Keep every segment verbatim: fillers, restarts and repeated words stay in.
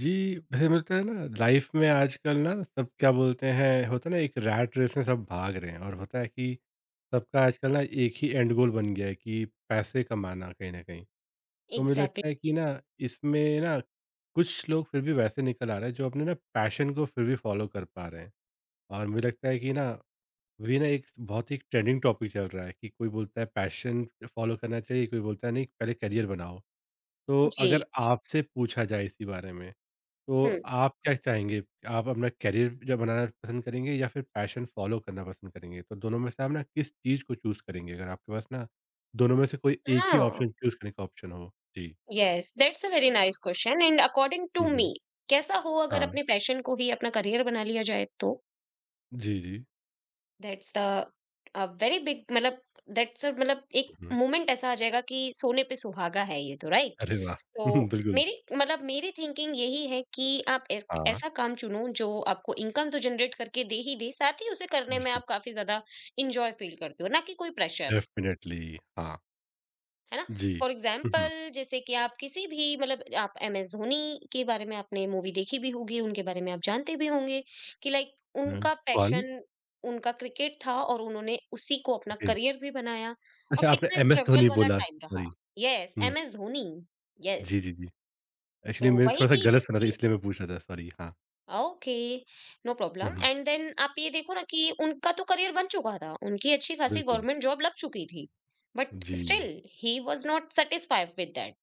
जी, वैसे मिलता है ना लाइफ में आजकल ना सब क्या बोलते हैं होता है ना एक रैट रेस में सब भाग रहे हैं और होता है कि सबका आजकल ना एक ही एंड गोल बन गया है कि पैसे कमाना कहीं न कहीं। तो मुझे Exactly. लगता है कि ना इसमें ना कुछ लोग फिर भी वैसे निकल आ रहे हैं जो अपने ना पैशन को फिर भी फ़ॉलो कर पा रहे हैं। और मुझे लगता है कि ना अभी ना एक बहुत ही ट्रेंडिंग टॉपिक चल रहा है कि कोई बोलता है पैशन फ़ॉलो करना चाहिए, कोई बोलता है नहीं पहले करियर बनाओ। तो जी। अगर आपसे पूछा जाए इसी बारे में तो हुँ। आप क्या चाहेंगे? आप अपना करियर जो बनाना पसंद करेंगे या फिर पैशन फ़ॉलो करना पसंद करेंगे? तो दोनों में से आप ना किस चीज़ को चूज़ करेंगे? अगर आपके पास ना दोनों में से कोई एक ही हाँ। ऑप्शन चूज़ करने का ऑप्शन हो? जी। Yes, that's a very nice question and according to हुँ, हुँ। मी, कैसा हो अगर हाँ। अपने पैशन को ही अपना करियर बना लिया जाए तो? जी, जी। That's the uh, very big मतलब दैट्स अ मतलब एक हुँ, हुँ। मोमेंट ऐसा आ जाएगा कि सोने पे सुहागा है ये तो, राइट? अरे वाह! तो हम्म, बिल्कुल। मेरी मतलब मेरी थिंकिंग यही है कि आप ऐस हाँ, ऐसा काम चुनो जो आपको इनकम तो जनरेट करके दे ही दे, साथ ही उसे करने में बिल्कुल। आप काफ़ी ज़्यादा एन्जॉय फील करते हो, ना कि कोई प्रेशर। डेफ़िनिटली हाँ। है ना? जी। For hmm, hmm. एग्ज़ाम्पल, जैसे कि आप किसी भी मतलब आप एम एस धोनी के बारे में, आपने मूवी देखी भी होगी, उनके बारे में आप जानते भी होंगे कि लाइक हाँ उनका जी। कौन? पैशन, उनका क्रिकेट था और उन्होंने उसी को अपना ओके। करियर भी बनाया और अच्छा आपने कितना एमएस स्ट्रगल धोनी वाला बोला, टाइम रहा। सॉरी। यस, हुँ। एम एस धोनी, जी, यस। जी, जी। तो एक्चुअली मैंने वही थोड़ा-सा थी गलत सुना था जबकि इसलिए मैं पूछ रहा था, सॉरी हाँ। ओके, नो हुँ, प्रॉब्लम। हुँ। एंड देन आप ये देखो ना कि उनका तो करियर बन चुका था, उनकी अच्छी खासी बिल्कुल। गवर्नमेंट जॉब लग चुकी थी, बट जी। Still he was not satisfied with that.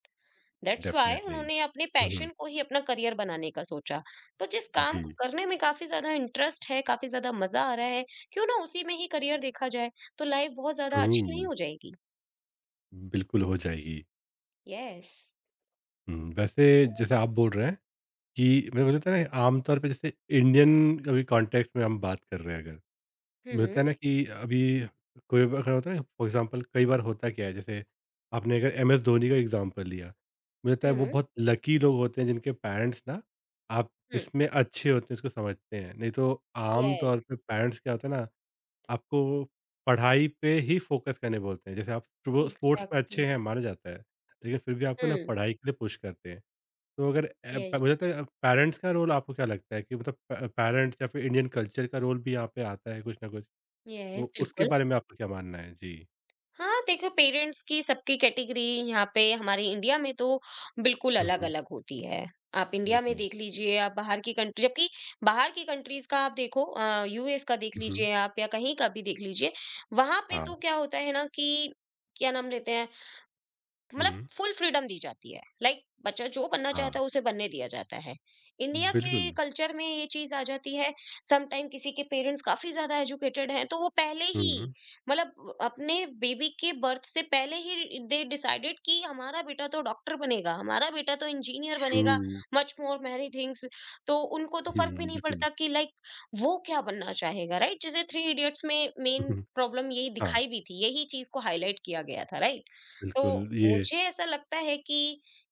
That's why definitely. उन्होंने अपने हुँ, हुँ। पैशन को ही अपना करियर बनाने का सोचा। तो जिस काम को जी, करने में काफ़ी ज़्यादा इंटरेस्ट है, काफ़ी ज़्यादा मज़ा आ रहा है, क्यों ना उसी में ही करियर देखा जाए, तो लाइफ़ बहुत ज़्यादा ट्रू, अच्छी नहीं हो जाएगी? बिल्कुल हो जाएगी। यस। हुँ, वैसे तो जैसे आप बोल रहे हैं कि मुझे लगता है ना आम तौर पे जैसे इंडियन अभी कॉन्टेक्स्ट में हम बात कर रहे हैं अगर, मुझे लगता हुँ, है ना कि अभी कोई बार- अगर होता है ना फॉर एग्ज़ाम्पल कई बार होता क्या है जैसे आपने अगर एमएस धोनी का एग्ज़ाम्पल लिया, मुझे लगता है वो हुँ, बहुत लकी लोग होते हैं जिनके पेरेंट्स ना आप हुँ। जिसमें अच्छे होते हैं उसको समझते हैं। नहीं तो आम यस, तौर पे पेरेंट्स क्या होता है ना आपको पढ़ाई पे ही फ़ोकस करने बोलते हैं। जैसे आप स्पो स्पोर्ट्स में अच्छे एग्ज़ैक्टली। हैं माना जाता है, लेकिन फिर भी आपको ना हुँ, पढ़ाई के लिए पुश करते हैं। तो अगर अ, प यस, मुझे लगता है पेरेंट्स का रोल आपको क्या लगता है कि मतलब प पेरेंट्स या फिर इंडियन कल्चर का रोल भी यहाँ पे आता है कुछ ना कुछ? यस, तो उसके बिल्कुल। बारे में आपका क्या मानना है? जी। हाँ, देखो पेरेंट्स की सबकी कैटेगरी यहाँ पे हमारे इंडिया में तो बिल्कुल हुँ, हुँ। अलग-अलग होती है। आप इंडिया में बिल्कुल। देख लीजिए, आप बाहर की कंट्री जबकि बाहर की कंट्रीज़ का आप देखो अ, यू एस का देख हुँ, हुँ। लीजिए आप, या कहीं का भी देख लीजिए, वहाँ पे तो हाँ। क्या होता है ना कि क्या नाम लेते हैं, मतलब हुँ। फुल फ्रीडम दी जाती है, लाइक like, बच्चा जो बनना हाँ, चाहता है उसे बनने दिया जाता है। इंडिया बिल्कुल। के कल्चर में ये चीज आ जाती है। समटाइम किसी के पेरेंट्स काफी ज्यादा एजुकेटेड हैं, तो वो पहले ही हुँ, मतलब अपने बेबी के बर्थ से पहले ही दे डिसाइडेड कि हमारा बेटा तो डॉक्टर बनेगा, हमारा बेटा तो इंजीनियर ट्रू। बनेगा, मच मोर मैनी थिंग्स। तो उनको तो फर्क भी हुँ, नहीं बिल्कुल। पड़ता कि लाइक वो क्या बनना चाहेगा, राइट? जैसे थ्री इडियट्स में मेन हम्म, प्रॉब्लम यही हाँ, दिखाई भी थी, यही चीज को हाईलाइट किया गया था, राइट? तो बिल्कुल ये मुझे ऐसा लगता है कि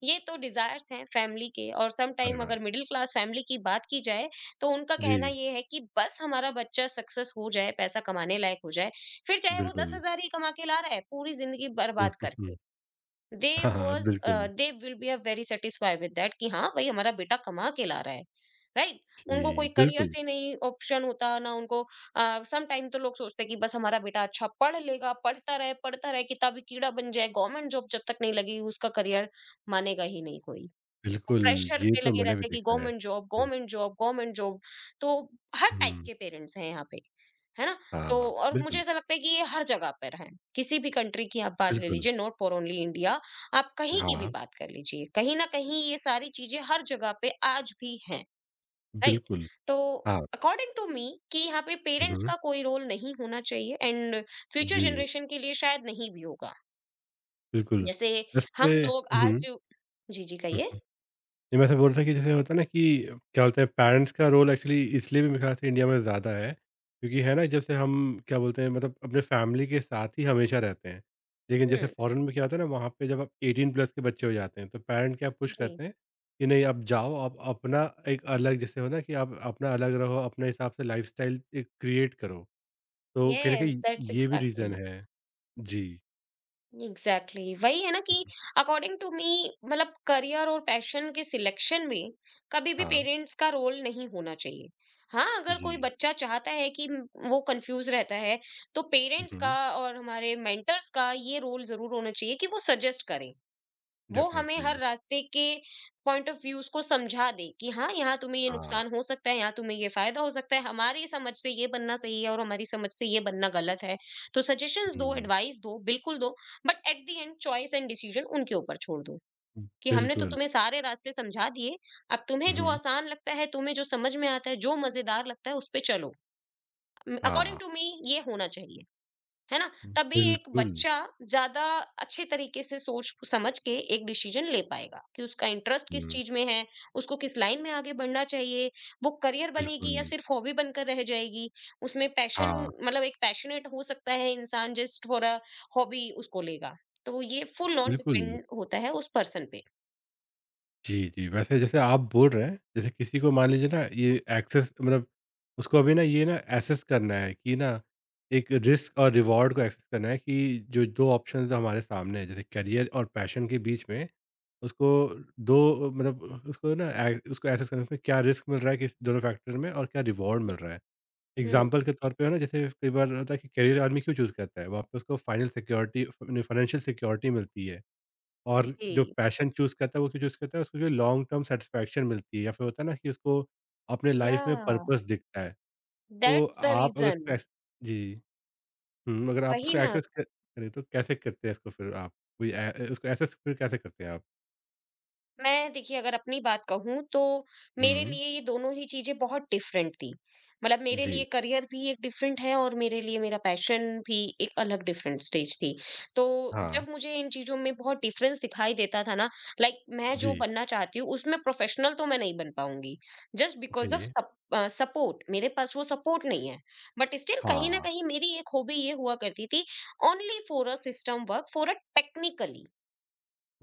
ये तो डिजायर्स हैं फैमिली के, और सम टाइम हाँ, अगर मिडिल क्लास फैमिली की बात की जाए, तो उनका कहना जी, ये है कि बस हमारा बच्चा सक्सेस हो जाए, पैसा कमाने लायक हो जाए, फिर चाहे वो दस बिल्कुल। हजार ही कमा के ला रहा है पूरी जिंदगी हुँ, बर्बाद हुँ, हुँ। करके। दे हाँ, हाँ, वाज, बिल्कुल। They will be a very satisfied with that, कि हाँ भाई हमारा बेटा कमा के ला रहा है, राइट? उनको जी, कोई करियर बिल्कुल, से नहीं ऑप्शन होता ना, उनको सम टाइम तो लोग सोचते हैं कि बस हमारा बेटा अच्छा पढ़ लेगा, पढ़ता रहे पढ़ता रहे, किताबी कीड़ा बन जाए, गवर्नमेंट जॉब जब तक नहीं लगी उसका करियर मानेगा ही नहीं कोई। बिल्कुल, प्रेशर ये पे तो लगे मैंने भी रहते हैं कि देखा है। गवर्नमेंट जॉब, हुँ, गवर्नमेंट जॉब, गवर्नमेंट जॉब। तो हर टाइप हुँ, के पेरेंट्स हैं यहाँ पे, है ना? तो हाँ, और मुझे बिल्कुल, ऐसा लगता है कि ये हर जगह पर है, किसी भी कंट्री की आप बात ले बिल्कुल, लीजिए, नॉट फॉर ओनली इंडिया। आप कहीं की भी हाँ, बात कर लीजिए, कहीं ना कहीं ये सारी चीजें हर जगह पे आज भी हैं, राइट? बिल्कुल, तो हाँ, अकॉर्डिंग टू मी, कि यहाँ पे हुँ, पेरेंट्स हुँ, का कोई रोल नहीं होना चाहिए, एंड फ्यूचर जी, जनरेशन के लिए शायद नहीं भी होगा। बिल्कुल, जैसे वैसे हम लोग हुँ, आज हुँ, जो- जी जी हुँ। कहिए। नहीं, मैं ऐसा बोल रहा था कि जैसे होता है ना कि क्या बोलते हैं पेरेंट्स का रोल एक्चुअली इसलिए भी मेरे ख्याल से इंडिया में ज़्यादा है क्योंकि है ना जैसे हम क्या बोलते हैं मतलब अपने फैमिली के साथ ही हमेशा रहते हैं लेकिन जैसे हम्म। फॉरेन में क्या होता है ना वहाँ पे जब आप एटीन प्लस के बच्चे हो जाते हैं तो पेरेंट क्या पुश जी। करते हैं कि नहीं आप जाओ आप अपना एक अलग जैसे हो ना कि आप अपना अलग रहो अपने हिसाब से लाइफ स्टाइल क्रिएट करो तो कहीं ना यस, कहीं दैट्स ये भी रीज़न एग्जैक्टली। है। जी। एग्जैक्टली वही है ना कि मम्, अकॉर्डिंग टू मी, मतलब करियर और पैशन के सिलेक्शन में कभी भी हाँ पेरेंट्स का रोल नहीं होना चाहिए। हाँ, अगर कोई जी। बच्चा चाहता है कि म- वो कंफ्यूज रहता है, तो पेरेंट्स का और हमारे मेंटर्स का ये रोल जरूर होना चाहिए कि वो सजेस्ट करें। वो हमें डेफिनेटली हर रास्ते के पॉइंट ऑफ व्यूज को समझा दे कि हाँ यहाँ तुम्हें ये हाँ। नुकसान हो सकता है, यहाँ तुम्हें ये फायदा हो सकता है, हमारी समझ से ये बनना सही है और हमारी समझ से ये बनना गलत है। तो सजेशंस दो, हम्म, एडवाइस दो, बिल्कुल दो, but at the end choice and decision उनके ऊपर छोड़ दो कि हमने तो बिल्कुल। तुम्हें सारे रास्ते समझा दिए, अब तुम्हें जो हम्म। आसान लगता है, तुम्हें जो समझ में आता है, जो मजेदार लगता है उस पे चलो। अकॉर्डिंग हाँ। टू मी, ये होना चाहिए, है ना? तभी एक बिल्कुल। बच्चा ज्यादा अच्छे तरीके से सोच समझ के एक डिसीजन ले पाएगा कि उसका इंटरेस्ट किस हुँ, चीज में है, उसको किस लाइन में आगे बढ़ना चाहिए, वो करियर बनेगी बिल्कुल। या सिर्फ हॉबी बनकर रह जाएगी। उसमें पैशन, हाँ, मतलब एक पैशनेट हो सकता है इंसान, जस्ट फॉर अ हॉबी उसको लेगा। तो ये फुल ऑन बिल्कुल। डिपेंड होता है उस पर्सन पे। जी, जी, वैसे जैसे आप बोल रहे हैं, जैसे किसी को मान लीजिए ना ये एक्सेस मतलब उसको अभी ना ये ना एसेस करना है कि ना एक रिस्क और रिवॉर्ड को एक्सेस करना है कि जो दो ऑप्शंस हमारे सामने हैं, जैसे करियर और पैशन के बीच में उसको दो मतलब उसको ना ए उसको एसेस करने में क्या रिस्क मिल रहा है किस दोनों फैक्टर में और क्या रिवॉर्ड मिल रहा है। हम्म। एग्ज़ाम्पल के तौर पे है ना, जैसे कई बार होता है कि करियर आदमी क्यों चूज़ करता है? वहाँ पे उसको फाइनल सिक्योरिटी फ़ फाइनेंशियल सिक्योरिटी मिलती है और जो जी। पैशन चूज़ करता है, वो क्यों चूज़ करता है? उसको जो लॉन्ग टर्म सैटिस्फैक्शन मिलती है या फिर होता है ना कि उसको अपने लाइफ़ में या पर्पस दिखता है। तो दैट्स द आप अगर रीजन। उसको एक्स जी। हुँ, अगर आप वही उसको ना, एक्सेस क करें तो कैसे करते हैं इसको फिर आप? कोई ए ए उसको एक्सेस फिर कैसे करते हैं आप? मैं देखिए अगर अपनी बात कहूँ तो मेरे हुँ, लिए ये दोनों ही चीज़ें बहुत डिफरेंट थी। मतलब मेरे जी। लिए करियर भी एक डिफरेंट है और मेरे लिए मेरा पैशन भी एक अलग डिफरेंट स्टेज थी। तो हाँ, जब मुझे इन चीज़ों में बहुत डिफरेंस दिखाई देता था ना, लाइक मैं जो जी। बनना चाहती हूँ उसमें प्रोफेशनल तो मैं नहीं बन पाऊँगी। Just because of okay. सप अ, सपोर्ट, मेरे पास वो सपोर्ट नहीं है। बट स्टिल कहीं न हाँ, कहीं मेरी एक हॉबी ये हुआ करती थी, only for a system work, for a technically.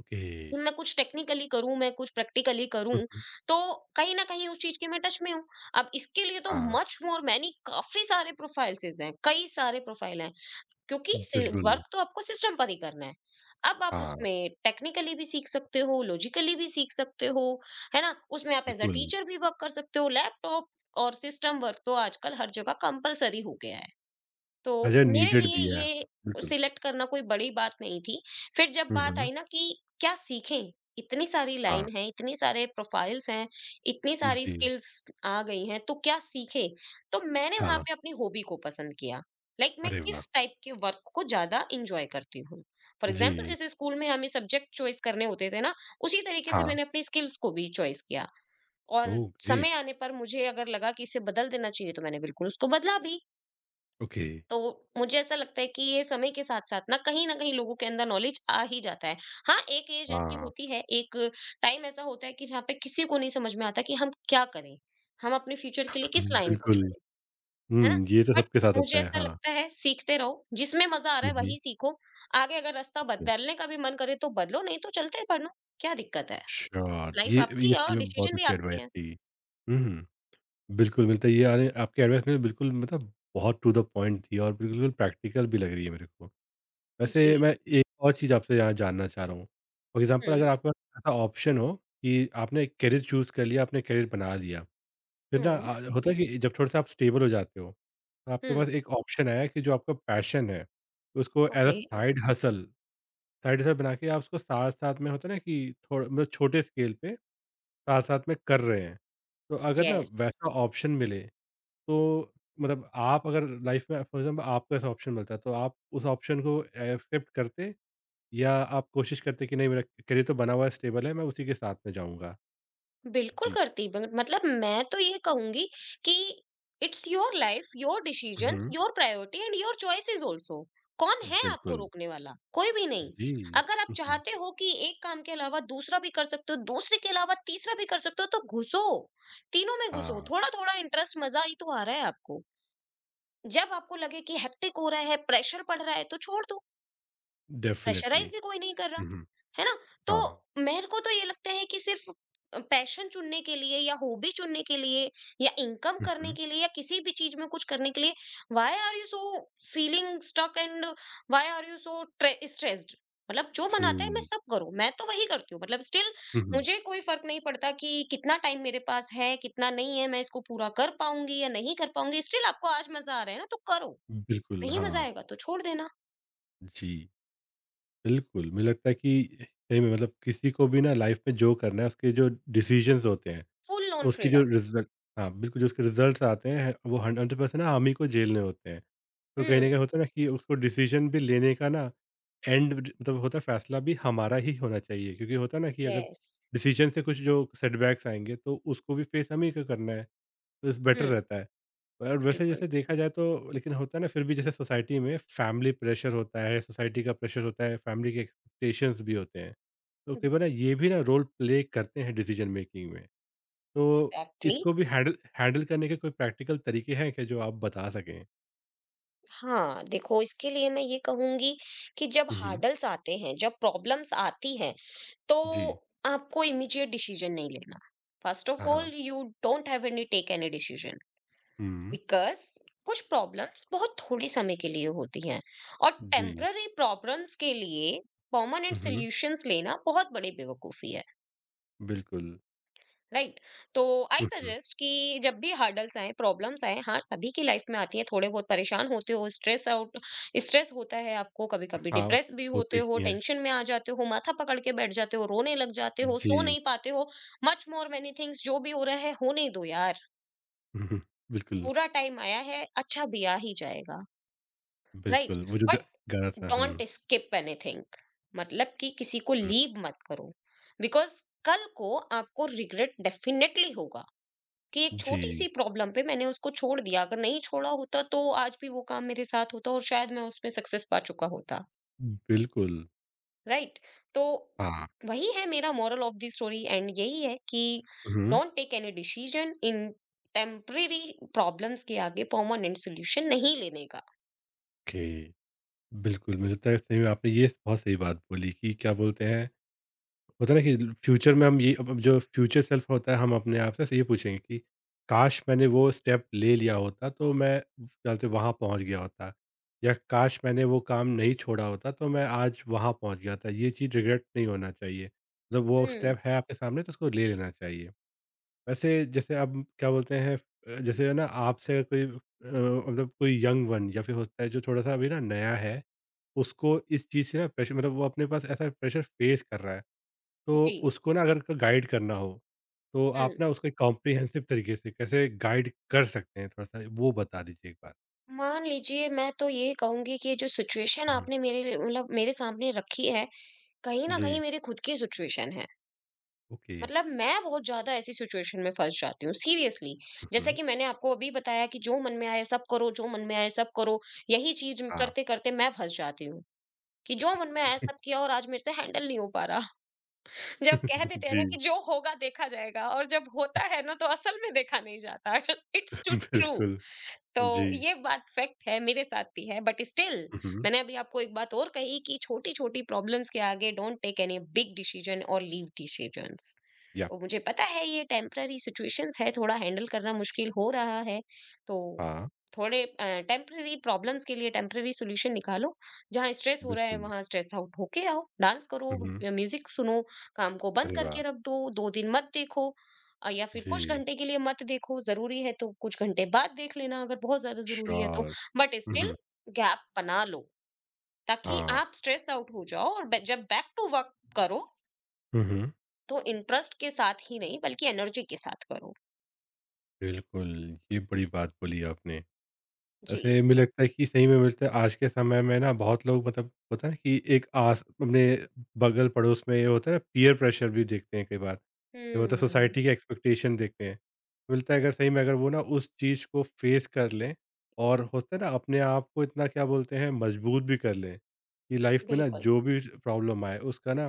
Okay. कि मैं कुछ टेक्निकली करूँ, मैं कुछ प्रैक्टिकली करूँ, हुँ, हुँ। तो कहीं न कहीं उस चीज़ की मैं टच में हूँ। अब इसके लिए तो हाँ, मच मोर मैनी काफ़ी सारे प्रोफाइल्सेज़ हैं, कई सारे प्रोफाइल हैं, क्योंकि सि बिल्कुल। वर्क तो आपको सिस्टम पर ही करना है। अब आप हाँ, उसमें टेक्निकली भी सीख सकते हो, लॉजिकली भी सीख सकते हो, है ना? उसमें आप एज़ अ बिल्कुल। टीचर भी वर्क कर सकते हो, लैपटॉप और सिस्टम वर्क तो आजकल हर जगह कंपल्सरी हो गया है। तो अच्छा मेरे नीडेड लिए भी है, ये बिल्कुल। सिलेक्ट करना कोई बड़ी बात नहीं थी। फिर जब हुँ, बात हुँ, आई ना कि क्या सीखें? इतनी सारी हाँ, लाइन है, इतनी सारे प्रोफाइल्स हैं, इतनी सारी जी, स्किल्स आ गई हैं, तो क्या सीखें? तो मैंने हाँ, वहाँ हाँ। पे अपनी हॉबी को पसंद किया। लाइक like, मैं अरे वाह! किस टाइप के वर्क को ज़्यादा एन्जॉय करती हूँ। फॉर एग्जाम्पल, जी, जैसे स्कूल में हमें सब्जेक्ट चॉइस करने होते थे ना, उसी तरीके से हाँ। मैंने अपनी स्किल्स को भी चॉइस किया, और ओह समय ग्रेट! आने पर मुझे अगर लगा कि इसे बदल देना चाहिए, तो मैंने बिल्कुल उसको बदला भी। ओके, तो मुझे ऐसा लगता है कि ये समय के साथ-साथ ना, कहीं न कहीं लोगों के अंदर नॉलेज आ ही जाता है। हाँ, एक ऐज ऐसी हाँ, होती है, एक टाइम ऐसा होता है कि जहाँ पे किसी को नहीं समझ में आता कि हम क्या करें? हम अपने फ्यूचर के लिए किस लाइन को बिल्कुल। चुनें, है ना? हुँ, ये तो बट सबके साथ होता मुझे है, ऐसा हाँ। लगता है सीखते रहो, जिसमें मज़ा आ रहा हुँ, है हुँ, वही सीखो। आगे अगर रास्ता हुँ। बदलने का भी मन करे तो बदलो, नहीं तो चलते बढ़ो, क्या दिक्कत है? श्योर, लाइफ ये आपकी ये है सही और में बहुत डिसीजन भी अच्छी आपके एडवाइस हैं। थी। हुँ, बिल्कुल मिलता है ये यानी आपकी एडवाइस में बिल्कुल मतलब बहुत टू द पॉइंट थी और बिल्कुल प्रैक्टिकल भी लग रही है मेरे को। वैसे जी। मैं एक और चीज़ आपसे यहाँ जानना चाह रहा हूँ। फॉर एग्ज़ाम्पल अगर हुँ, आपके पास ऐसा ऑप्शन हो कि आपने करियर चूज़ कर लिया, आपने करियर बना लिया। फिर ना हुँ, अ, होता है कि जब थोड़ा-सा आप स्टेबल हो जाते हो, तो आपके हुँ। पास एक ऑप्शन आया कि जो आपका पैशन है, उसको as a okay. Side hustle side hustle बना के आप उसको साथ-साथ में होता है ना कि थोड़ा मतलब छोटे स्केल पे साथ-साथ में कर रहे हैं। तो अगर ना येस। वैसा ऑप्शन मिले, तो मतलब आप अगर लाइफ़ में फॉर एग्ज़ाम्पल आपको ऐसा ऑप्शन मिलता है, तो आप उस ऑप्शन को एक्सेप्ट करते? या आप कोशिश करते कि नहीं मेरा करियर तो बना हुआ है, स्टेबल है, मैं उसी के साथ में जाऊँगा? बिल्कुल जी। करती। ब- मतलब मैं तो ये कहूंगी कि इट्स योर लाइफ, योर उहुँ, decisions, your priority and your choices also. कौन है आपको बिल्कुल। रोकने वाला? कोई भी नहीं। जी। अगर आप उहुँ, चाहते हो कि एक काम के अलावा दूसरा भी कर सकते हो, दूसरे के अलावा तीसरा भी कर सकते हो, तो घुसो, तीनों में घुसो, हाँ, थोड़ा थोड़ा इंटरेस्ट, मजा ही तो आ रहा है आपको। जब आपको लगे कि हेक्टिक हो रहा है, प्रेशर पड़ रहा है, तो छोड़ दो। डेफ़िनिटली। प्रेशराइज भी कोई नहीं कर रहा, उहुँ, है ना? तो हाँ। मेरे को तो ये लगता है कि सिर्फ पैशन चुनने के लिए या हॉबी चुनने के लिए या इनकम करने उहुँ, के लिए या किसी भी चीज में कुछ करने के लिए, why are you so feeling stuck and why are you so stressed? मतलब जो ट्रू। बनाता है मैं सब करूं, मैं तो वही करती हूँ, मतलब स्टिल उहुँ, मुझे कोई फर्क नहीं पड़ता कि कितना टाइम मेरे पास है कितना नहीं है, मैं इसको पूरा कर पाऊंगी या नहीं कर पाऊंगी। स्टिल आपको आज मजा आ रहा है ना, तो करो। बिल्कुल, नहीं मजा हाँ। आएगा तो छोड़ देना। जी, बिल्कुल, मुझे लगता है कि सही में मतलब किसी को भी ना लाइफ़ में जो करना है उसके जो डिसीज़न्स होते हैं फुल ऑन उसकी जो फ्रीडम। रिज़ल्ट हाँ, बिल्कुल, जो उसके रिज़ल्ट्स आते हैं, वो सौ प्रतिशत ना हम ही को झेलने होते हैं। तो कहीं न कहीं हम्म। होता है ना कि उसको डिसीज़न भी लेने का ना एंड मतलब होता है फ़ैसला भी हमारा ही होना चाहिए क्योंकि होता है ना कि अगर यस। डिसीज़न से कुछ जो सेटबैक्स आएँगे, तो उसको भी फ़ेस हमें ही को करना है, तो इस बेटर हम्म, रहता है। और वैसे बिल्कुल। जैसे देखा जाए तो लेकिन होता है ना फिर भी जैसे सोसाइटी में फैमिली प्रेशर होता है, सोसाइटी का प्रेशर होता है, फैमिली के एक्सपेक्टेशंस भी होते हैं। तो कई बार ना ये भी ना रोल प्ले करते हैं डिसीज़न मेकिंग में। तो एग्जैक्टली। इसको भी हैंडल हैंडल करने के कोई प्रैक्टिकल तरीके हैं क्या जो आप बता सकें? हाँ, देखो इसके लिए मैं ये कहूंगी कि जब हुँ, हुँ। हार्डल्स आते हैं, जब प्रॉब्लम्स आती हैं, तो जी। आपको इमीडिएट डिसीजन नहीं लेना। फर्स्ट ऑफ हाँ, ऑल, हाँ। You don't have any, take any decision, हुँ, बिकॉज कुछ प्रॉब्लम्स बहुत थोड़े समय के लिए होती हैं, और जी। टेम्पररी प्रॉब्लम्स के लिए परमानेंट हुँ, हुँ। सॉल्यूशंस लेना बहुत बड़ी बेवकूफी है, बिल्कुल। राइट? तो आई हुँ, हुँ। सजेस्ट कि जब भी हार्डल्स आए, प्रॉब्लम्स आए, हाँ सभी की लाइफ में आती है, थोड़े बहुत परेशान होते हो, स्ट्रेस आउट, स्ट्रेस होता है, आपको कभी कभी हाँ, डिप्रेस भी होते होते हो, ही हैं। टेंशन में आ जाते हो, माथा पकड़ के बैठ जाते हो, रोने लग जाते हो, सो जी। नहीं पाते हो, मच मोर मेनी थिंग्स, जो भी हो रहा है होने दो यार। हुँ, हुँ। बिल्कुल, पूरा टाइम आया है, अच्छा भी आ ही जाएगा, राइट? बिल्कुल। वो जो ग बट गाना था हुँ, डोंट स्किप एनीथिंग, मतलब कि किसी को हुँ। लीव मत करो, बिकॉज कल को आपको रिग्रेट डेफिनेटली होगा कि एक छोटी जी, सी प्रॉब्लम पे मैंने उसको छोड़ दिया, अगर नहीं छोड़ा होता तो आज भी वो काम मेरे साथ होता और शायद मैं उसमें सक्सेस पा चुका होता, बिल्कुल। राइट? तो हाँ। वही है मेरा moral of the story, and यही है कि हुँ, हुँ। Don't take any decision in temporary, problems के आगे परमानेंट सोल्यूशन नहीं लेने का। ओके। बिल्कुल, मुझे लगता है सही में आपने ये बहुत सही बात बोली कि क्या बोलते हैं होता है ना कि फ्यूचर में हम ये अब अब जो फ्यूचर सेल्फ होता है हम अपने आप से ये पूछेंगे कि काश मैंने वो स्टेप ले लिया होता तो मैं चलते वहाँ पहुँच गया होता या काश मैंने वो काम नहीं छोड़ा होता तो मैं आज वहाँ पहुँच गया था ये चीज़ रिग्रेट नहीं होना चाहिए मतलब वो हम्म। स्टेप है आपके सामने तो उसको ले लेना चाहिए। वैसे जैसे अब क्या बोलते हैं अ, जैसे है ना आपसे कोई अ, मतलब कोई यंग वन या फिर होता है जो थोड़ा सा अभी ना नया है उसको इस चीज़ से ना प्रेशर मतलब वो अपने पास ऐसा प्रेशर फेस कर रहा है जी। तो उसको ना अगर क गाइड करना हो, तो आप हम्म। ना उसको एक कॉम्प्रिहेंसिव तरीके से कैसे गाइड कर सकते हैं थोड़ा-सा वो बता दीजिए एक बार? मान लीजिए, मैं तो ये कहूंगी कि ये जो सिचुएशन हुँ। आपने मेरे लिए- मतलब मेरे सामने रखी है, कहीं ना कहीं जी। मेरी खुद की सिचुएशन है। ओके। मतलब मैं बहुत ज़्यादा ऐसी सिचुएशन में फँस जाती हूँ सीरियसली। हुँ, जैसा कि मैंने आपको अभी बताया कि जो मन में आए सब करो, जो मन में आए सब करो, यही चीज़ हाँ। करते-करते मैं फँस जाती हूँ कि जो मन में ओके। आया सब किया और आज मेरे से हैंडल नहीं हो पा रहा। जब कह देते हैं ना कि जी, जो होगा देखा जाएगा, और जब होता है ना तो असल में देखा नहीं जाता। It's too true. बिल्कुल। जी। तो ये बात फैक्ट है, मेरे साथ भी है, बट स्टिल हुँ, मैंने अभी आपको एक बात और कही कि छोटी छोटी प्रॉब्लम्स के आगे don't take any big decision, और लीव डिसीजंस। या तो मुझे पता है ये टेम्पररी सिचुएशंस है, थोड़ा हैंडल करना मुश्किल हो रहा है, तो हाँ। थोड़े टेम्पररी प्रॉब्लम्स के लिए टेम्पररी सोल्यूशन निकालो। जहाँ स्ट्रेस हो रहा है, बिल्कुल। वहां स्ट्रेस आउट होके आओ, डांस करो, हुँ, म्यूजिक सुनो, काम को बंद अरे वाह! करके रख दो, दो दिन मत देखो, अ, या फिर कुछ जी। घंटे के लिए मत देखो, ज़रूरी है तो कुछ घंटे बाद देख लेना अगर बहुत ज़्यादा ज़रूरी है तो, श्योर। बट हुँ, स्टिल हुँ, गैप बना लो, ताकि हाँ। आप स्ट्रेस आउट हो जाओ और ब जब बैक टू वर्क करो, हुँ, हुँ। तो इंटरेस्ट के साथ ही नहीं बल्कि एनर्जी के साथ करो। बिल्कुल, ये बड़ी बात बोली आपने। जी। वैसे मुझे लगता है कि सही में मिलता है आज के समय में ना बहुत लोग मतलब होता है ना कि एक आस अपने बगल पड़ोस में ये होता है ना पीयर प्रेशर भी देखते हैं कई बार ये होता है हुँ, सोसाइटी के एक्सपेक्टेशन देखते हैं तो मिलता है अगर सही में अगर वो ना उस चीज़ को फेस कर लें और होता है ना अपने आप को इतना क्या बोलते हैं मजबूत भी कर लें कि लाइफ में ना बिल्कुल। जो भी प्रॉब्लम आए उसका ना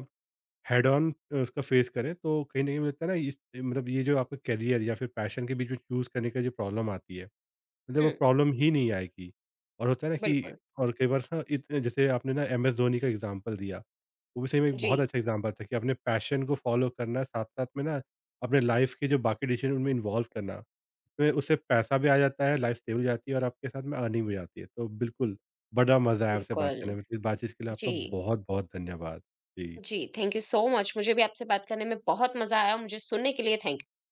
हेड ऑन उसका फेस करें तो कहीं ना कहीं मिलता है ना इस मतलब ये जो आपका करियर या फिर पैशन के बीच में चूज़ करने का जो प्रॉब्लम आती है मतलब हुँ, वो प्रॉब्लम ही नहीं आएगी और होता है ना कि बिल्कुल। और कई बार ना इत जैसे आपने ना एम एस धोनी का एग्ज़ाम्पल दिया, वो भी सही में एक बहुत जी, अच्छा एग्ज़ाम्पल था कि अपने पैशन को फ़ॉलो करना, साथ-साथ में ना अपने लाइफ़ के जो बाकी डिसीज़न उनमें इन्वॉल्व करना। तो उससे पैसा भी आ जाता है, लाइफ़ स्टेबल हो जाती है और आपके साथ में अर्निंग भी हो जाती है। तो बिल्कुल, बड़ा मज़ा आया आपसे बात बिल्कुल। करने में। इस बातचीत के लिए आपका जी, बहुत-बहुत धन्यवाद। जी। जी, थैंक यू सो मच, मुझे भी आपसे बात करने में बहुत मज़ा आया, मुझे सुनने के लिए थैंक